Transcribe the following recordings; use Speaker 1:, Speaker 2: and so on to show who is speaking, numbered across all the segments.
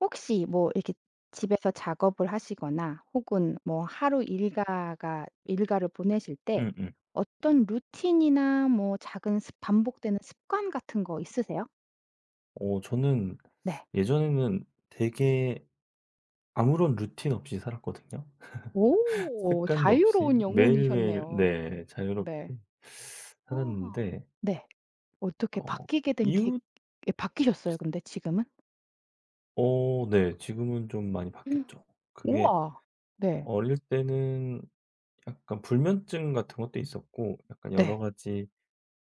Speaker 1: 혹시 뭐 이렇게 집에서 작업을 하시거나 혹은 뭐 하루 일과가 일과를 보내실 때
Speaker 2: 음음.
Speaker 1: 어떤 루틴이나 뭐 작은 습 반복되는 습관 같은 거 있으세요?
Speaker 2: 저는
Speaker 1: 네.
Speaker 2: 예전에는 되게 아무런 루틴 없이 살았거든요.
Speaker 1: 오.
Speaker 2: 습관도 없이
Speaker 1: 자유로운
Speaker 2: 매일매일,
Speaker 1: 영혼이셨네요.
Speaker 2: 네,
Speaker 1: 네.
Speaker 2: 자유롭게
Speaker 1: 어.
Speaker 2: 살았는데,
Speaker 1: 네. 어떻게
Speaker 2: 어
Speaker 1: 바뀌게 된 계,
Speaker 2: 이웃
Speaker 1: 예 바뀌셨어요 근데 지금은?
Speaker 2: 어 네, 지금은 좀 많이
Speaker 1: 음.
Speaker 2: 바뀌었죠. 그게
Speaker 1: 우와. 네.
Speaker 2: 어릴 때는 약간 불면증 같은 것도 있었고, 약간 여러
Speaker 1: 네.
Speaker 2: 가지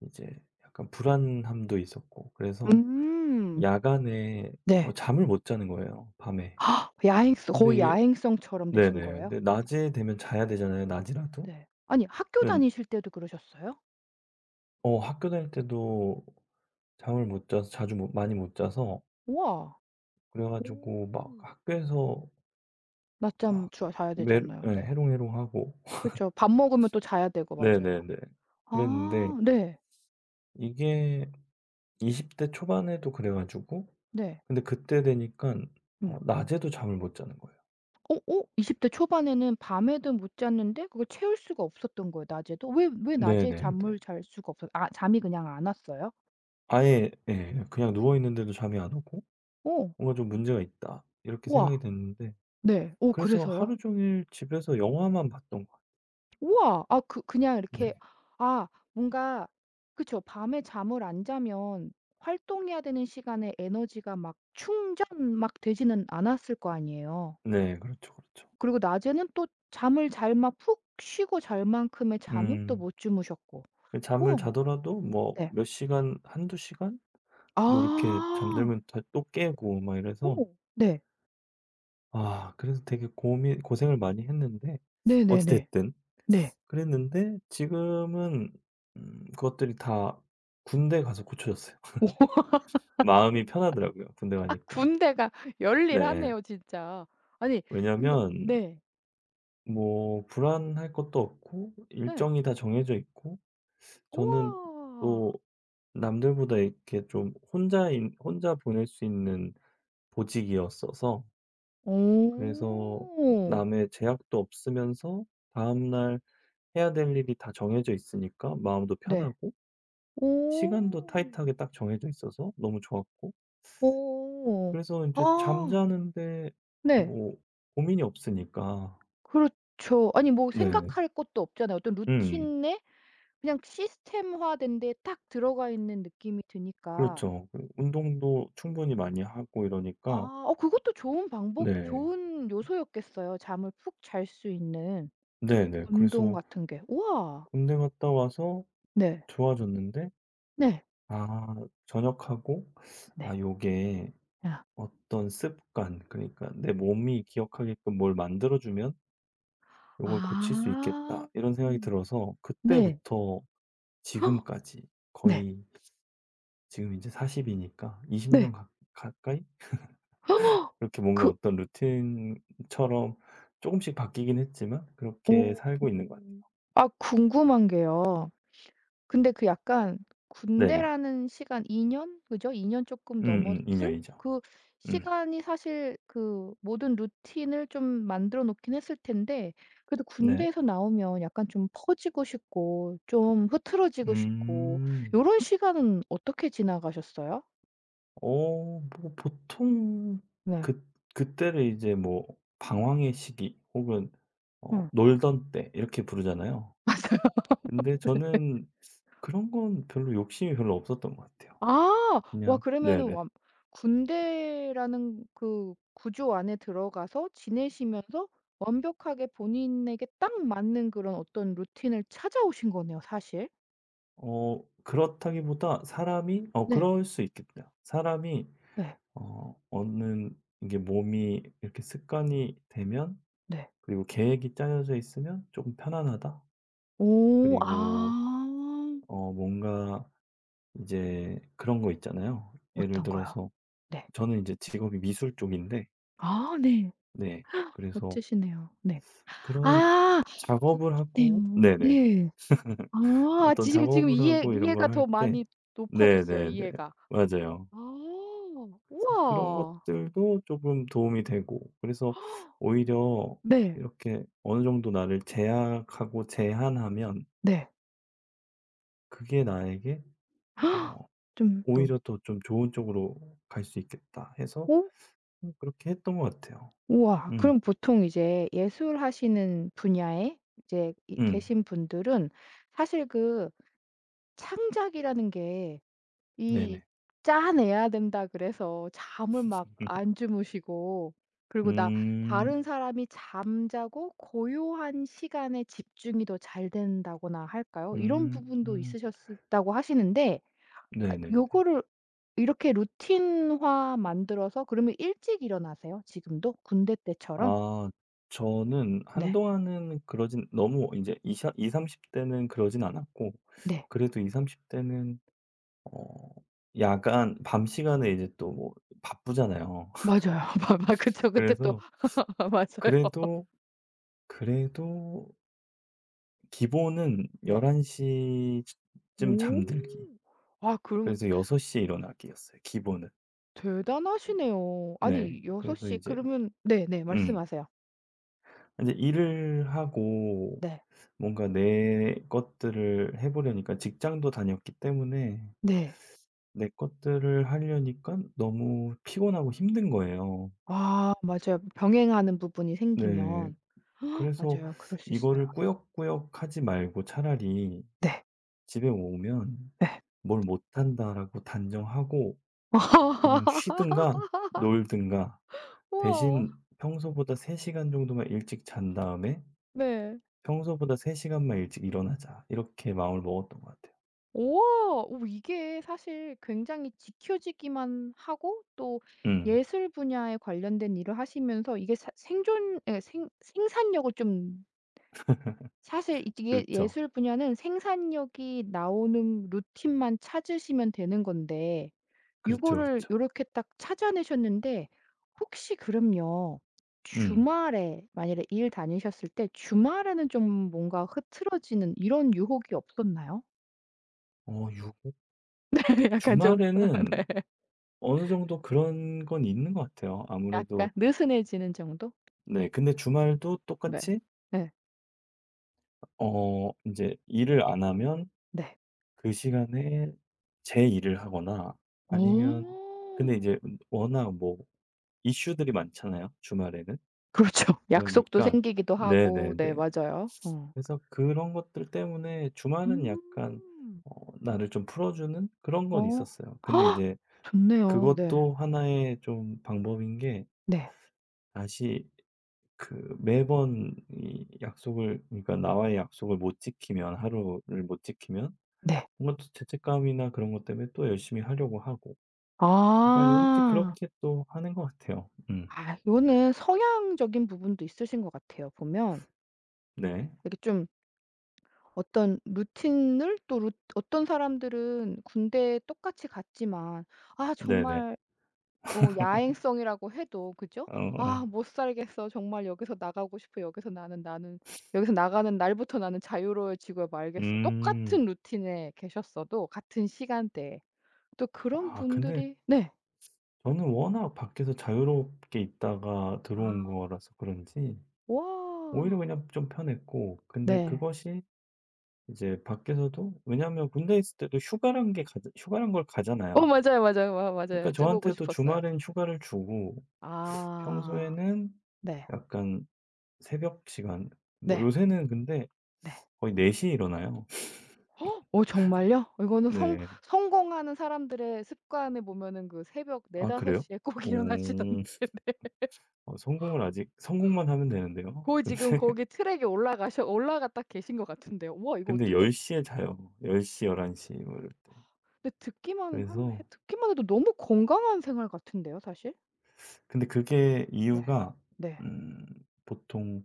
Speaker 2: 이제 약간 불안함도 있었고, 그래서
Speaker 1: 음.
Speaker 2: 야간에
Speaker 1: 네.
Speaker 2: 잠을 못 자는 거예요, 밤에.
Speaker 1: 아, 야행성
Speaker 2: 근데
Speaker 1: 거의
Speaker 2: 이게
Speaker 1: 야행성처럼 되신
Speaker 2: 네네.
Speaker 1: 거예요?
Speaker 2: 근데 낮이 되면 자야 되잖아요, 낮이라도.
Speaker 1: 네. 아니 학교
Speaker 2: 근데
Speaker 1: 다니실 때도 그러셨어요?
Speaker 2: 학교 다닐 때도 잠을 못 자서, 자주 못 많이 못 자서
Speaker 1: 우와.
Speaker 2: 그래
Speaker 1: 오.
Speaker 2: 가지고 막 학교에서,
Speaker 1: 낮잠
Speaker 2: 막
Speaker 1: 주 자야 되지
Speaker 2: 메
Speaker 1: 않나요?
Speaker 2: 네,
Speaker 1: 네.
Speaker 2: 해롱해롱하고.
Speaker 1: 그쵸. 밥 먹으면 또 자야 되고 맞아요.
Speaker 2: 네네네. 그랬는데
Speaker 1: 아 네.
Speaker 2: 이게 20대 초반에도 그래 가지고,
Speaker 1: 네.
Speaker 2: 근데 그때 되니까
Speaker 1: 음.
Speaker 2: 낮에도 잠을 못 자는 거예요.
Speaker 1: 어 20대 초반에는 밤에도 못 잤는데 그걸 채울 수가 없었던 거예요 낮에도. 왜 낮에
Speaker 2: 네네네.
Speaker 1: 잠을 잘 수가 없었, 아 잠이 그냥 안 왔어요?
Speaker 2: 아예, 예, 그냥 누워 있는데도 잠이 안 오고,
Speaker 1: 어.
Speaker 2: '뭔가 좀 문제가 있다.' 이렇게 생각이
Speaker 1: 우와.
Speaker 2: 됐는데,
Speaker 1: 네. 어
Speaker 2: 그래서
Speaker 1: 그래서요?
Speaker 2: 하루 종일 집에서 영화만 봤던 것 같아요.
Speaker 1: 우와. 아 그냥 이렇게
Speaker 2: 네.
Speaker 1: 아 뭔가 그쵸. 밤에 잠을 안 자면 활동해야 되는 시간에 에너지가 막 충전 막 되지는 않았을 거 아니에요.
Speaker 2: 네, 그렇죠, 그렇죠.
Speaker 1: 그리고 낮에는 또 잠을 잘 막 푹 쉬고 잘 만큼의 잠은 또
Speaker 2: 음.
Speaker 1: 못 주무셨고.
Speaker 2: 그 잠을
Speaker 1: 우와.
Speaker 2: 자더라도 뭐
Speaker 1: 네.
Speaker 2: 몇 시간, 한두 시간, 뭐 이렇게
Speaker 1: 아.
Speaker 2: 잠들면 다 또 깨고 막 이래서,
Speaker 1: 오. 네.
Speaker 2: 아, 그래서 되게 고민 고생을 많이 했는데, 어찌
Speaker 1: 네네네.
Speaker 2: 됐든.
Speaker 1: 네.
Speaker 2: 그랬는데 지금은, 그것들이 다 군대 가서 고쳐졌어요. 마음이 편하더라고요, 군대
Speaker 1: 아
Speaker 2: 가니까.
Speaker 1: 군대가
Speaker 2: 네.
Speaker 1: 열일하네요 진짜. 아니 근데
Speaker 2: 왜냐면
Speaker 1: 네.
Speaker 2: 뭐 불안할 것도 없고,
Speaker 1: 예.
Speaker 2: 일정이 다 정해져 있고, 저는
Speaker 1: 우와.
Speaker 2: 또 남들보다 이렇게 좀 혼자 보낼 수 있는 보직이었어서, 그래서
Speaker 1: 어.
Speaker 2: 남의 제약도 없으면서 다음 날 해야 될 일이 다 정해져 있으니까 마음도
Speaker 1: 네.
Speaker 2: 편하고,
Speaker 1: 오.
Speaker 2: 시간도 타이트하게 딱 정해져 있어서 너무 좋았고,
Speaker 1: 오.
Speaker 2: 그래서 이제
Speaker 1: 아
Speaker 2: 잠자는데
Speaker 1: 네.
Speaker 2: 뭐 고민이 없으니까.
Speaker 1: 그렇죠. 아니 뭐
Speaker 2: 네.
Speaker 1: 생각할 것도 없잖아요. 어떤
Speaker 2: 음.
Speaker 1: 루틴에 그냥 시스템화된 데에 딱 들어가 있는 느낌이 드니까.
Speaker 2: 그렇죠. 그 운동도 충분히 많이 하고 이러니까.
Speaker 1: 아 어 그것도 좋은 방법
Speaker 2: 네.
Speaker 1: 좋은 요소였겠어요. 잠을 푹 잘 수 있는
Speaker 2: 네네.
Speaker 1: 운동
Speaker 2: 그래서
Speaker 1: 같은 게. 우와.
Speaker 2: 군대 갔다 와서
Speaker 1: 네.
Speaker 2: 좋아졌는데,
Speaker 1: 네.
Speaker 2: 아, 전역하고, 아,
Speaker 1: 네.
Speaker 2: 요게
Speaker 1: 아.
Speaker 2: 어떤 습관, 그러니까 '내 몸이 기억하게끔 뭘 만들어 주면 요걸 고칠 수
Speaker 1: 아.
Speaker 2: 있겠다.' 이런 생각이 들어서,
Speaker 1: 네.
Speaker 2: 그때부터
Speaker 1: 네.
Speaker 2: 지금까지
Speaker 1: 네.
Speaker 2: 거의 지금 이제40 이니까 20
Speaker 1: 네.
Speaker 2: 년 가 가까이 이렇게 뭔가
Speaker 1: 그
Speaker 2: 어떤 루틴처럼 조금씩 바뀌긴 했지만 그렇게
Speaker 1: 오.
Speaker 2: 살고 있는 것 같아요.
Speaker 1: 아 궁금한 게요. 근데 그 약간
Speaker 2: 네네.
Speaker 1: 군대라는 시간 2년 그죠? 2 년 쪼끔
Speaker 2: 음음, 이
Speaker 1: 넘었을
Speaker 2: 년이죠.
Speaker 1: 그
Speaker 2: 음.
Speaker 1: 시간이 사실 그 모든 루틴을 좀 만들어 놓긴 했을 텐데 그래도
Speaker 2: 네.
Speaker 1: 군대에서 나오면 약간 좀 퍼지고 싶고 좀 흐트러지고 싶고
Speaker 2: 음.
Speaker 1: 요런 시간은 어떻게 지나가셨어요?
Speaker 2: 뭐 보통,
Speaker 1: 네.
Speaker 2: 그, 그때를 이제 뭐 방황의 시기 혹은
Speaker 1: 음.
Speaker 2: 놀던 때, 이렇게 부르잖아요.
Speaker 1: 맞아요.
Speaker 2: 근데 저는 그런 건 별로 욕심이 별로 없었던 것 같아요.
Speaker 1: 아. 와
Speaker 2: 그냥,
Speaker 1: 그러면은
Speaker 2: 네네.
Speaker 1: 완 군대라는 그 구조 안에 들어가서 지내시면서 완벽하게 본인에게 딱 맞는 그런 어떤 루틴을 찾아오신 거네요 사실.
Speaker 2: 그렇다기보다 사람이,
Speaker 1: 네.
Speaker 2: 그럴 수 있겠다, 사람이.
Speaker 1: 네.
Speaker 2: 어 어느 이게 몸이 이렇게 습관이 되면,
Speaker 1: 네.
Speaker 2: 그리고 계획이 짜여져 있으면 조금 편안하다.
Speaker 1: 오. 아.
Speaker 2: 그리고 뭔가 이제 그런 거 있잖아요. 예를
Speaker 1: 어떤가요?
Speaker 2: 들어서
Speaker 1: 네.
Speaker 2: 저는 이제 직업이 미술 쪽인데,
Speaker 1: 아 네.
Speaker 2: 네, 그래서
Speaker 1: 멋지시네요. 네.
Speaker 2: 그런
Speaker 1: 아
Speaker 2: 작업을
Speaker 1: 네.
Speaker 2: 하고.
Speaker 1: 오
Speaker 2: 네네.
Speaker 1: 네. 아
Speaker 2: 어떤
Speaker 1: 지금
Speaker 2: 작업을
Speaker 1: 이해
Speaker 2: 하고 이런
Speaker 1: 이해가
Speaker 2: 걸 할
Speaker 1: 더
Speaker 2: 때.
Speaker 1: 많이 높아졌어요
Speaker 2: 네네네.
Speaker 1: 이해가.
Speaker 2: 맞아요.
Speaker 1: 아.
Speaker 2: 그래서 그런
Speaker 1: 우와.
Speaker 2: 것들도 조금 도움이 되고, 그래서 오히려
Speaker 1: 네.
Speaker 2: 이렇게 어느 정도 나를 제약하고 제한하면,
Speaker 1: 네.
Speaker 2: 그게 나에게, 어
Speaker 1: 좀 더
Speaker 2: 오히려 더 좀 좋은 쪽으로 갈 수 있겠다 해서,
Speaker 1: 오
Speaker 2: 그렇게 했던 것 같아요.
Speaker 1: 우와.
Speaker 2: 음.
Speaker 1: 그럼 보통 이제 예술하시는 분야에 이제 이
Speaker 2: 음.
Speaker 1: 계신 분들은 사실 그 창작이라는 게 이
Speaker 2: 네네.
Speaker 1: 짜내야 된다 그래서 잠을 막 안 주무시고 그리고 나
Speaker 2: 음.
Speaker 1: 다른 사람이 잠자고 고요한 시간에 집중이 더 잘 된다거나 할까요? 이런 부분도 있
Speaker 2: 음.
Speaker 1: 으셨다고 하시는데
Speaker 2: 네네네.
Speaker 1: 요거를 이렇게 루틴화 만들어서 그러면 일찍 일어나세요 지금도? 군대 때처럼?
Speaker 2: 아, 저는
Speaker 1: 네.
Speaker 2: 한동안은 그러진, 너무 이제 이십20-30 대는 그러진 않았고,
Speaker 1: 네.
Speaker 2: 그래도 20-30 대는 어 약간 밤 시간에 이제 또 뭐 바쁘잖아요.
Speaker 1: 맞아요. 마 마 그쵸. 그때 또
Speaker 2: 그래서
Speaker 1: 맞아요.
Speaker 2: 그래도, 그래도 기본은 1
Speaker 1: 네.
Speaker 2: 1시쯤
Speaker 1: 오.
Speaker 2: 잠들기.
Speaker 1: 아 그러면
Speaker 2: 그래서 6시에 일어나기였어요, 기본은.
Speaker 1: 대단하시네요.
Speaker 2: 네.
Speaker 1: 아니 6
Speaker 2: 그래서
Speaker 1: 시
Speaker 2: 이제
Speaker 1: 그러면, 네네.
Speaker 2: 음
Speaker 1: 말씀하세요.
Speaker 2: 일을 하고
Speaker 1: 네.
Speaker 2: 뭔가 내 것들을 해 보려니까, 직장도 다녔기 때문에
Speaker 1: 네.
Speaker 2: 내 것들을 하려니까 너무 피곤하고 힘든 거예요.
Speaker 1: 아 맞아요. 병행하는 부분이
Speaker 2: 네.
Speaker 1: 생기면.
Speaker 2: 그래서
Speaker 1: 맞아요. 그럴 수 있어요.
Speaker 2: 이거를 꾸역꾸역 하지 말고 차라리
Speaker 1: 네.
Speaker 2: 집에 오면
Speaker 1: 네.
Speaker 2: '뭘 못한다.'라고 단정하고 그냥 쉬든가 놀든가,
Speaker 1: 우와.
Speaker 2: 대신 평소보다 3 시간 정도만 일찍 잔 다음에
Speaker 1: 네.
Speaker 2: '평소보다 3 시간만 일찍 일어나자.' 이렇게 마음을 먹었던 것 같아요.
Speaker 1: 우와. 오 이게 사실 굉장히 지켜지기만 하고 또
Speaker 2: 음.
Speaker 1: 예술 분야에 관련된 일을 하시면서 이게 사 생존 에, 생 생산력을 좀 사실 이게
Speaker 2: 그렇죠.
Speaker 1: 예술 분야는 생산력이 나오는 루틴만 찾으시면 되는 건데 이거
Speaker 2: 그렇죠,
Speaker 1: 를 이
Speaker 2: 그렇죠.
Speaker 1: 렇게 딱 찾아내셨는데 혹시 그럼요.
Speaker 2: 음.
Speaker 1: 주말에 만약에 일 다니셨을 때 주말에는 좀 뭔가 흐트러지는 이런 유혹이 없었나요?
Speaker 2: 어유.
Speaker 1: 약간 좀
Speaker 2: 주말에는
Speaker 1: 네.
Speaker 2: 어느 정도 그런 건 있는 것 같아요,
Speaker 1: 약간
Speaker 2: 아무래도.
Speaker 1: 느슨해지는 정도?
Speaker 2: 네, 근데 주말도
Speaker 1: 네.
Speaker 2: 똑같이
Speaker 1: 네.
Speaker 2: 이제 일을 안 하면
Speaker 1: 네.
Speaker 2: 그 시간에 제 일을 하거나,
Speaker 1: 오.
Speaker 2: 아니면, 근데 이제 워낙 뭐 이슈들이 많잖아요, 주말에는.
Speaker 1: 그렇죠. 약속도
Speaker 2: 그러니까.
Speaker 1: 생기기도 하고.
Speaker 2: 네네네.
Speaker 1: 네 맞아요. 어.
Speaker 2: 그래서 그런 것들 때문에 주말은 약간
Speaker 1: 음.
Speaker 2: 어 나를 좀 풀어주는 그런 건
Speaker 1: 어.
Speaker 2: 있었어요. 근데
Speaker 1: 아!
Speaker 2: 이제
Speaker 1: 좋네요. 네.
Speaker 2: 그것도 하나의 좀 방법인 게,
Speaker 1: 네.
Speaker 2: 다시 그 매번 이 약속을, 그러니까 나와의 약속을 못 지키면, 하루를 못 지키면
Speaker 1: 네.
Speaker 2: 뭔가 또 죄책감이나 그런 것 때문에 또 열심히 하려고 하고, 약간 요렇게
Speaker 1: 아.
Speaker 2: 그렇게 또 하는 것 같아요. 음.
Speaker 1: 아 요거는 성향적인 부분도 있으신 것 같아요 보면.
Speaker 2: 네.
Speaker 1: 이렇게 좀 어떤 루틴을 또 루 어떤 사람들은 군대에 똑같이 갔지만 아
Speaker 2: 네네.
Speaker 1: 정말 어 야행성이라고 해도 그죠?
Speaker 2: 어어.
Speaker 1: '아 못 살겠어. 정말 여기서 나가고 싶어. 여기서 나는 나는 여기서 나가는 날부터 나는 자유로워지고 말겠어.'
Speaker 2: 음.
Speaker 1: 똑같은 루틴에 계셨어도 같은 시간대에 또 그런
Speaker 2: 아, 근데
Speaker 1: 분들이 네.
Speaker 2: 저는 워낙 밖에서 자유롭게 있다가 들어온
Speaker 1: 아.
Speaker 2: 거라서 그런지 오히려
Speaker 1: 와.
Speaker 2: 그냥 좀 편했고, 근데
Speaker 1: 네.
Speaker 2: 그것이 이제 밖에서도, 왜냐하면 군대에 있을 때도 휴가란 게 가자 휴가란 걸
Speaker 1: 어
Speaker 2: 가잖아요.
Speaker 1: 맞아요, 맞아요. 와 맞아요.
Speaker 2: 그러니까
Speaker 1: 여쭤보고
Speaker 2: 저한테도
Speaker 1: 싶었어요.
Speaker 2: 주말엔 휴가를 주고,
Speaker 1: 아.
Speaker 2: 평소에는
Speaker 1: 네.
Speaker 2: 약간 새벽 시간, 뭐
Speaker 1: 네.
Speaker 2: 요새는 근데
Speaker 1: 네.
Speaker 2: 거의 4시에 일어나요.
Speaker 1: 오 정말요? 이거는 성
Speaker 2: 네.
Speaker 1: 성공하는 사람들의 습관에 보면은 그 새벽
Speaker 2: 아,
Speaker 1: 4-5
Speaker 2: 그래요?
Speaker 1: 시에 꼭 일어나시던데.
Speaker 2: 오. 어 성공을 아직 성공만 하면 되는데요.
Speaker 1: 거의 지금 거기 트랙에 올라가셔 올라갔다 계신 것 같은데요. 와 이거
Speaker 2: 근데
Speaker 1: 어떻게
Speaker 2: 1 0에 자요. 1 0 열한 1 1 0뭐 이럴 때.
Speaker 1: 근데 듣기만 한 해
Speaker 2: 그래서
Speaker 1: 듣기만 해도 너무 건강한 생활 같은데요 사실.
Speaker 2: 근데 그게
Speaker 1: 네.
Speaker 2: 이유가,
Speaker 1: 네.
Speaker 2: 음 보통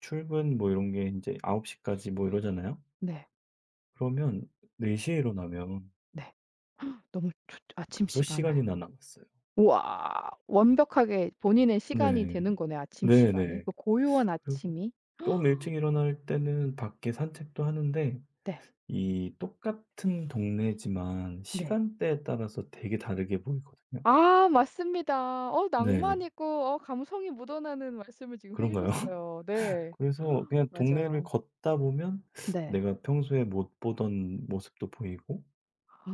Speaker 2: 출근 뭐 이런 게 이제9시 까지 뭐 이러잖아요.
Speaker 1: 네.
Speaker 2: 그러면 4시에 일어나면
Speaker 1: 네. 너무 좋죠 아침
Speaker 2: 5
Speaker 1: 시간에.
Speaker 2: 시간이나 남았어요.
Speaker 1: 우와. 완벽하게 본인의 시간이
Speaker 2: 네.
Speaker 1: 되는 거네요 아침 시간이.
Speaker 2: 네네.
Speaker 1: 그 고요한
Speaker 2: 그리고
Speaker 1: 아침이.
Speaker 2: 좀 일찍 일어날 때는 밖에 산책도 하는데,
Speaker 1: 네.
Speaker 2: 이 똑같은 동네지만
Speaker 1: 네.
Speaker 2: 시간대에 따라서 되게 다르게 보이거든요.
Speaker 1: 아 맞습니다. 어 낭만
Speaker 2: 네.
Speaker 1: 있고 어 감성이 묻어나는 말씀을 지금 해
Speaker 2: 그런가요?
Speaker 1: 주셨어요. 네.
Speaker 2: 그래서 그냥 동네를
Speaker 1: 맞아요.
Speaker 2: 걷다 보면
Speaker 1: 네.
Speaker 2: 내가 평소에 못 보던 모습도 보이고,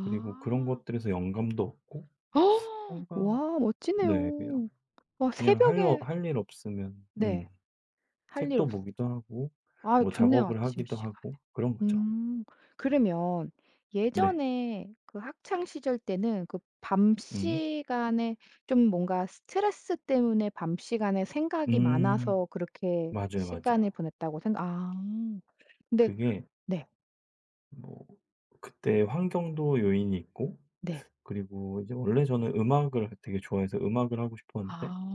Speaker 2: 그리고 그런 것들에서 영감도 얻고,
Speaker 1: 헉!
Speaker 2: 뭔가,
Speaker 1: 와
Speaker 2: 네, 그냥
Speaker 1: 멋지네요. 와
Speaker 2: 그냥 할 어
Speaker 1: 새벽에
Speaker 2: 할 일 없으면,
Speaker 1: 네. 할 일 없
Speaker 2: 책도
Speaker 1: 으
Speaker 2: 보기도 하고
Speaker 1: 아
Speaker 2: 뭐
Speaker 1: 좋네요
Speaker 2: 작업을
Speaker 1: 아침
Speaker 2: 하기도
Speaker 1: 시간에.
Speaker 2: 하고 그런 거죠.
Speaker 1: 음. 그러면
Speaker 2: 네.
Speaker 1: 예전에 그 학창 시절 때는 그 밤
Speaker 2: 음.
Speaker 1: 시간에 좀 뭔가 스트레스 때문에 밤 시간에 생각이
Speaker 2: 음.
Speaker 1: 많아서 그렇게
Speaker 2: 맞아요,
Speaker 1: 시간을
Speaker 2: 맞아요.
Speaker 1: 보냈다고 생각 아. 근데
Speaker 2: 그게
Speaker 1: 네.
Speaker 2: 뭐 그때 환경도 요인이 있고,
Speaker 1: 네.
Speaker 2: 그리고 이제 원래 저는 음악을 되게 좋아해서 음악을 하고 싶었는데,
Speaker 1: 아.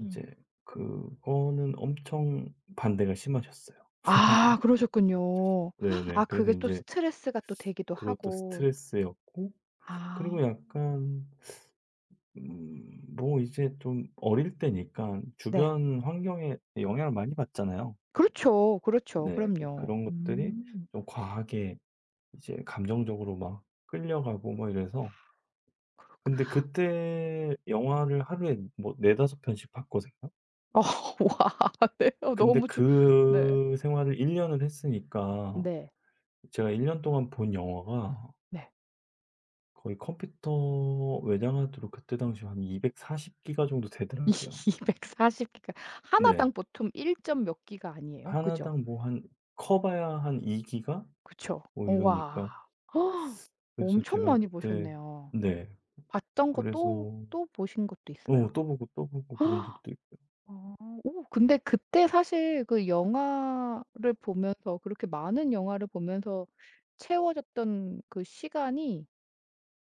Speaker 2: 이제 그거는 엄청 반대가 심하셨어요.
Speaker 1: 아 그러셨군요. 아
Speaker 2: 네네. 그래서
Speaker 1: 그게
Speaker 2: 이
Speaker 1: 또
Speaker 2: 제
Speaker 1: 스트레스가 또 되기도
Speaker 2: 그것도
Speaker 1: 하고.
Speaker 2: 스트레스였고,
Speaker 1: 아.
Speaker 2: 그리고 약간 뭐 이제 좀 어릴 때니까
Speaker 1: 네.
Speaker 2: 주변 환경에 영향을 많이 받잖아요.
Speaker 1: 그렇죠, 그렇죠.
Speaker 2: 네.
Speaker 1: 그럼요.
Speaker 2: 그런 것들이
Speaker 1: 음.
Speaker 2: 좀 과하게 이제 감정적으로 막 끌려가고 뭐 이래서,
Speaker 1: 그렇구
Speaker 2: 근데 그때 영화를 하루에 뭐 네다섯 편씩 봤거든요.
Speaker 1: 어 와 네. 어
Speaker 2: 근데
Speaker 1: 너무 좀 네.
Speaker 2: 그 생활을 1 년을 했으니까
Speaker 1: 네.
Speaker 2: 제가 1년 동안 본 영화가
Speaker 1: 네.
Speaker 2: 거의 컴퓨터 외장하드로 그때 당시한한240 기가 정도 되더라고요.
Speaker 1: 240 기가 하나
Speaker 2: 네.
Speaker 1: 당 보통 1. 점 몇 기가 아니에요? 그죠?
Speaker 2: 하나당 뭐 한, 커 봐야 한 2 기가
Speaker 1: 그쵸.
Speaker 2: 뭐
Speaker 1: 와.
Speaker 2: 이러니까. 그래서
Speaker 1: 엄청
Speaker 2: 제가
Speaker 1: 많이
Speaker 2: 그때.
Speaker 1: 보셨네요.
Speaker 2: 네.
Speaker 1: 봤던 거 또
Speaker 2: 그래서
Speaker 1: 또 보신 것도 있어요?
Speaker 2: 또 보고, 또 보고 그런 적도 있고요.
Speaker 1: 어 오 근데 그때 사실 그 영화를 보면서 그렇게 많은 영화를 보면서 채워졌던 그 시간이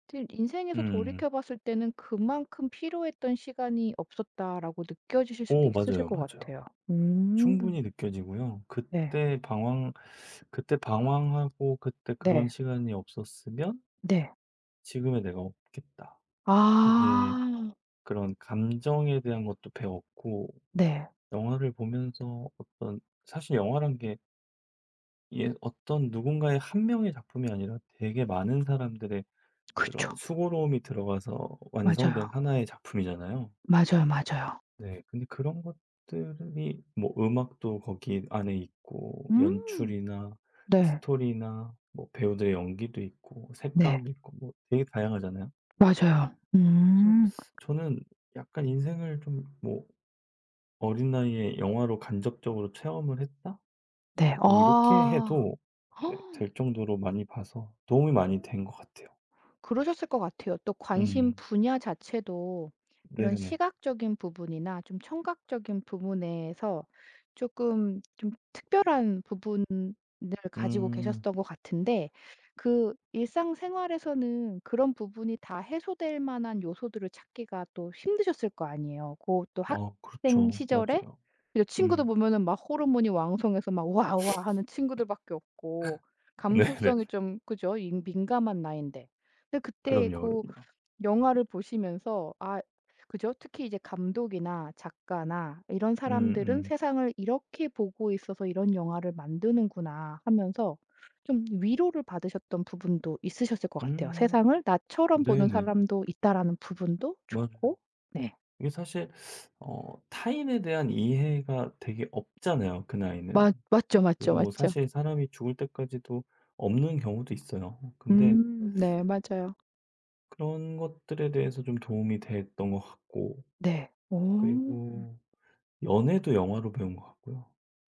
Speaker 1: 지금 인생에서
Speaker 2: 음.
Speaker 1: 돌이켜 봤을 때는 '그만큼 필요했던 시간이 없었다.'라고 느껴지실 수도 있으실
Speaker 2: 맞아요,
Speaker 1: 것
Speaker 2: 맞아요.
Speaker 1: 같아요. 음.
Speaker 2: 충분히 느껴지고요.
Speaker 1: 네.
Speaker 2: 그때 방황하고 그때 그런
Speaker 1: 네.
Speaker 2: 시간이 없었으면
Speaker 1: 네.
Speaker 2: 지금의 내가 없겠다. 이게,
Speaker 1: 아.
Speaker 2: 그런 감정에 대한 것도 배웠고,
Speaker 1: 네.
Speaker 2: 영화를 보면서 어떤, 사실 영화란 게 이게 어떤 누군가의 한 명의 작품이 아니라 되게 많은 사람들의
Speaker 1: 그렇죠.
Speaker 2: 그런 수고로움이 들어가서 완성된
Speaker 1: 맞아요.
Speaker 2: 하나의 작품이잖아요.
Speaker 1: 맞아요, 맞아요.
Speaker 2: 네. 근데 그런 것들이 뭐 음악도 거기 안에 있고,
Speaker 1: 음.
Speaker 2: 연출이나
Speaker 1: 네.
Speaker 2: 스토리나 뭐 배우들의 연기도 있고,
Speaker 1: 네.
Speaker 2: 색감도 있고, 뭐 되게 다양하잖아요.
Speaker 1: 맞아요.
Speaker 2: 그래서
Speaker 1: 음.
Speaker 2: 저는 약간 '인생을 좀, 뭐, 어린 나이에 영화로 간접적으로 체험을 했다.'
Speaker 1: 네.
Speaker 2: 뭐 이렇게
Speaker 1: 아.
Speaker 2: 해도 네, 될 정도로 많이 봐서 도움이
Speaker 1: 오.
Speaker 2: 많이 된 것 같아요.
Speaker 1: 그러셨을 것 같아요. 또 관심
Speaker 2: 음.
Speaker 1: 분야 자체도 이런
Speaker 2: 네네.
Speaker 1: 시각적인 부분이나 좀 청각적인 부분에서 조금 좀 특별한 부분을 가지고
Speaker 2: 음.
Speaker 1: 계셨던 것 같은데 그 일상생활에서는 그런 부분이 다 해소될 만한 요소들을 찾기가 또 힘드셨을 거 아니에요. 그 또
Speaker 2: 아,
Speaker 1: 학생
Speaker 2: 그렇죠.
Speaker 1: 시절에
Speaker 2: 맞아요.
Speaker 1: 그죠? 친구들
Speaker 2: 음.
Speaker 1: 보면은 막 호르몬이 왕성해서 막우와 하는 친구들밖에 없고
Speaker 2: 네네.
Speaker 1: 감수성이 좀 그죠? 이 민감한 나이인데. 근데 그때
Speaker 2: 그럼요,
Speaker 1: 그
Speaker 2: 그럼요.
Speaker 1: 영화를 보시면서 아 그죠? 특히 이제 감독이나 작가나 이런
Speaker 2: 음음.
Speaker 1: 사람들은
Speaker 2: 음.
Speaker 1: '세상을 이렇게 보고 있어서 이런 영화를 만드는구나.' 하면서 좀 위로를 받으셨던 부분도 있으셨을 것 같아요.
Speaker 2: 음,
Speaker 1: '세상을 나처럼 보는
Speaker 2: 네네.
Speaker 1: 사람도 있다.'라는 부분도
Speaker 2: 맞아요.
Speaker 1: 좋고. 네.
Speaker 2: 이게 사실 타인에 대한 이해가 되게 없잖아요, 그 나이는.
Speaker 1: 맞 맞죠, 맞죠,
Speaker 2: 그리고 뭐
Speaker 1: 맞죠.
Speaker 2: 사실 사람이 죽을 때까지도 없는 경우도 있어요. 근데
Speaker 1: 음 네 맞아요.
Speaker 2: 그런 것들에 대해서 좀 도움이 됐던 것 같고,
Speaker 1: 네. 어.
Speaker 2: 그리고 연애도 영화로 배운 것 같고요.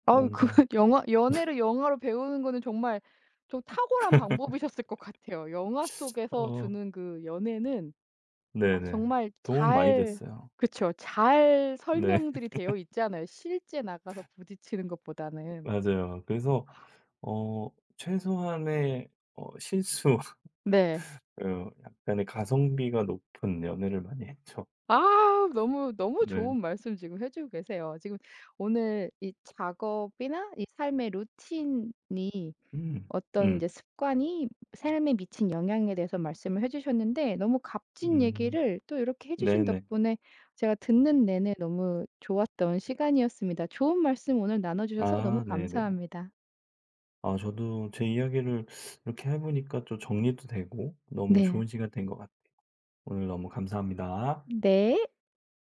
Speaker 1: 아우 그
Speaker 2: 뭔가,
Speaker 1: 영화 연애를 영화로 배우는 거는 정말 좀 탁월한 방법이셨을 것 같아요. 영화 속에서
Speaker 2: 어,
Speaker 1: 주는 그 연애는 아
Speaker 2: 네네.
Speaker 1: 정말
Speaker 2: 도움 많이
Speaker 1: 잘
Speaker 2: 됐어요.
Speaker 1: 그쵸. 잘
Speaker 2: 네,
Speaker 1: 설명들이 되어 있잖아요, 실제 나가서 부딪히는 것보다는.
Speaker 2: 맞아요. 그래서, 어, 최소한의, 실수,
Speaker 1: 네.
Speaker 2: 약간의 가성비가 높은 연애를 많이 했죠.
Speaker 1: 아 너무, 너무
Speaker 2: 네.
Speaker 1: 좋은 말씀 지금 해 주고 계세요. 지금 오늘 이 작업이나 이 삶의 루틴이
Speaker 2: 음,
Speaker 1: 어떤 이
Speaker 2: 음,
Speaker 1: 제 습관이 삶에 미친 영향에 대해서 말씀을 해 주셨는데 너무 값진
Speaker 2: 음.
Speaker 1: 얘기를 또 이렇게 해 주신
Speaker 2: 네네.
Speaker 1: 덕분에 제가 듣는 내내 너무 좋았던 시간이었습니다. 좋은 말씀 오늘 나눠 주셔서 너무
Speaker 2: 아, 네네.
Speaker 1: 감사합니다.
Speaker 2: 아, 저도 제 이야기를 이렇게 해 보니까 좀 정리도 되고 너무
Speaker 1: 네.
Speaker 2: 좋은 시간 된 것 같아요. 오늘 너무 감사합니다.
Speaker 1: 네.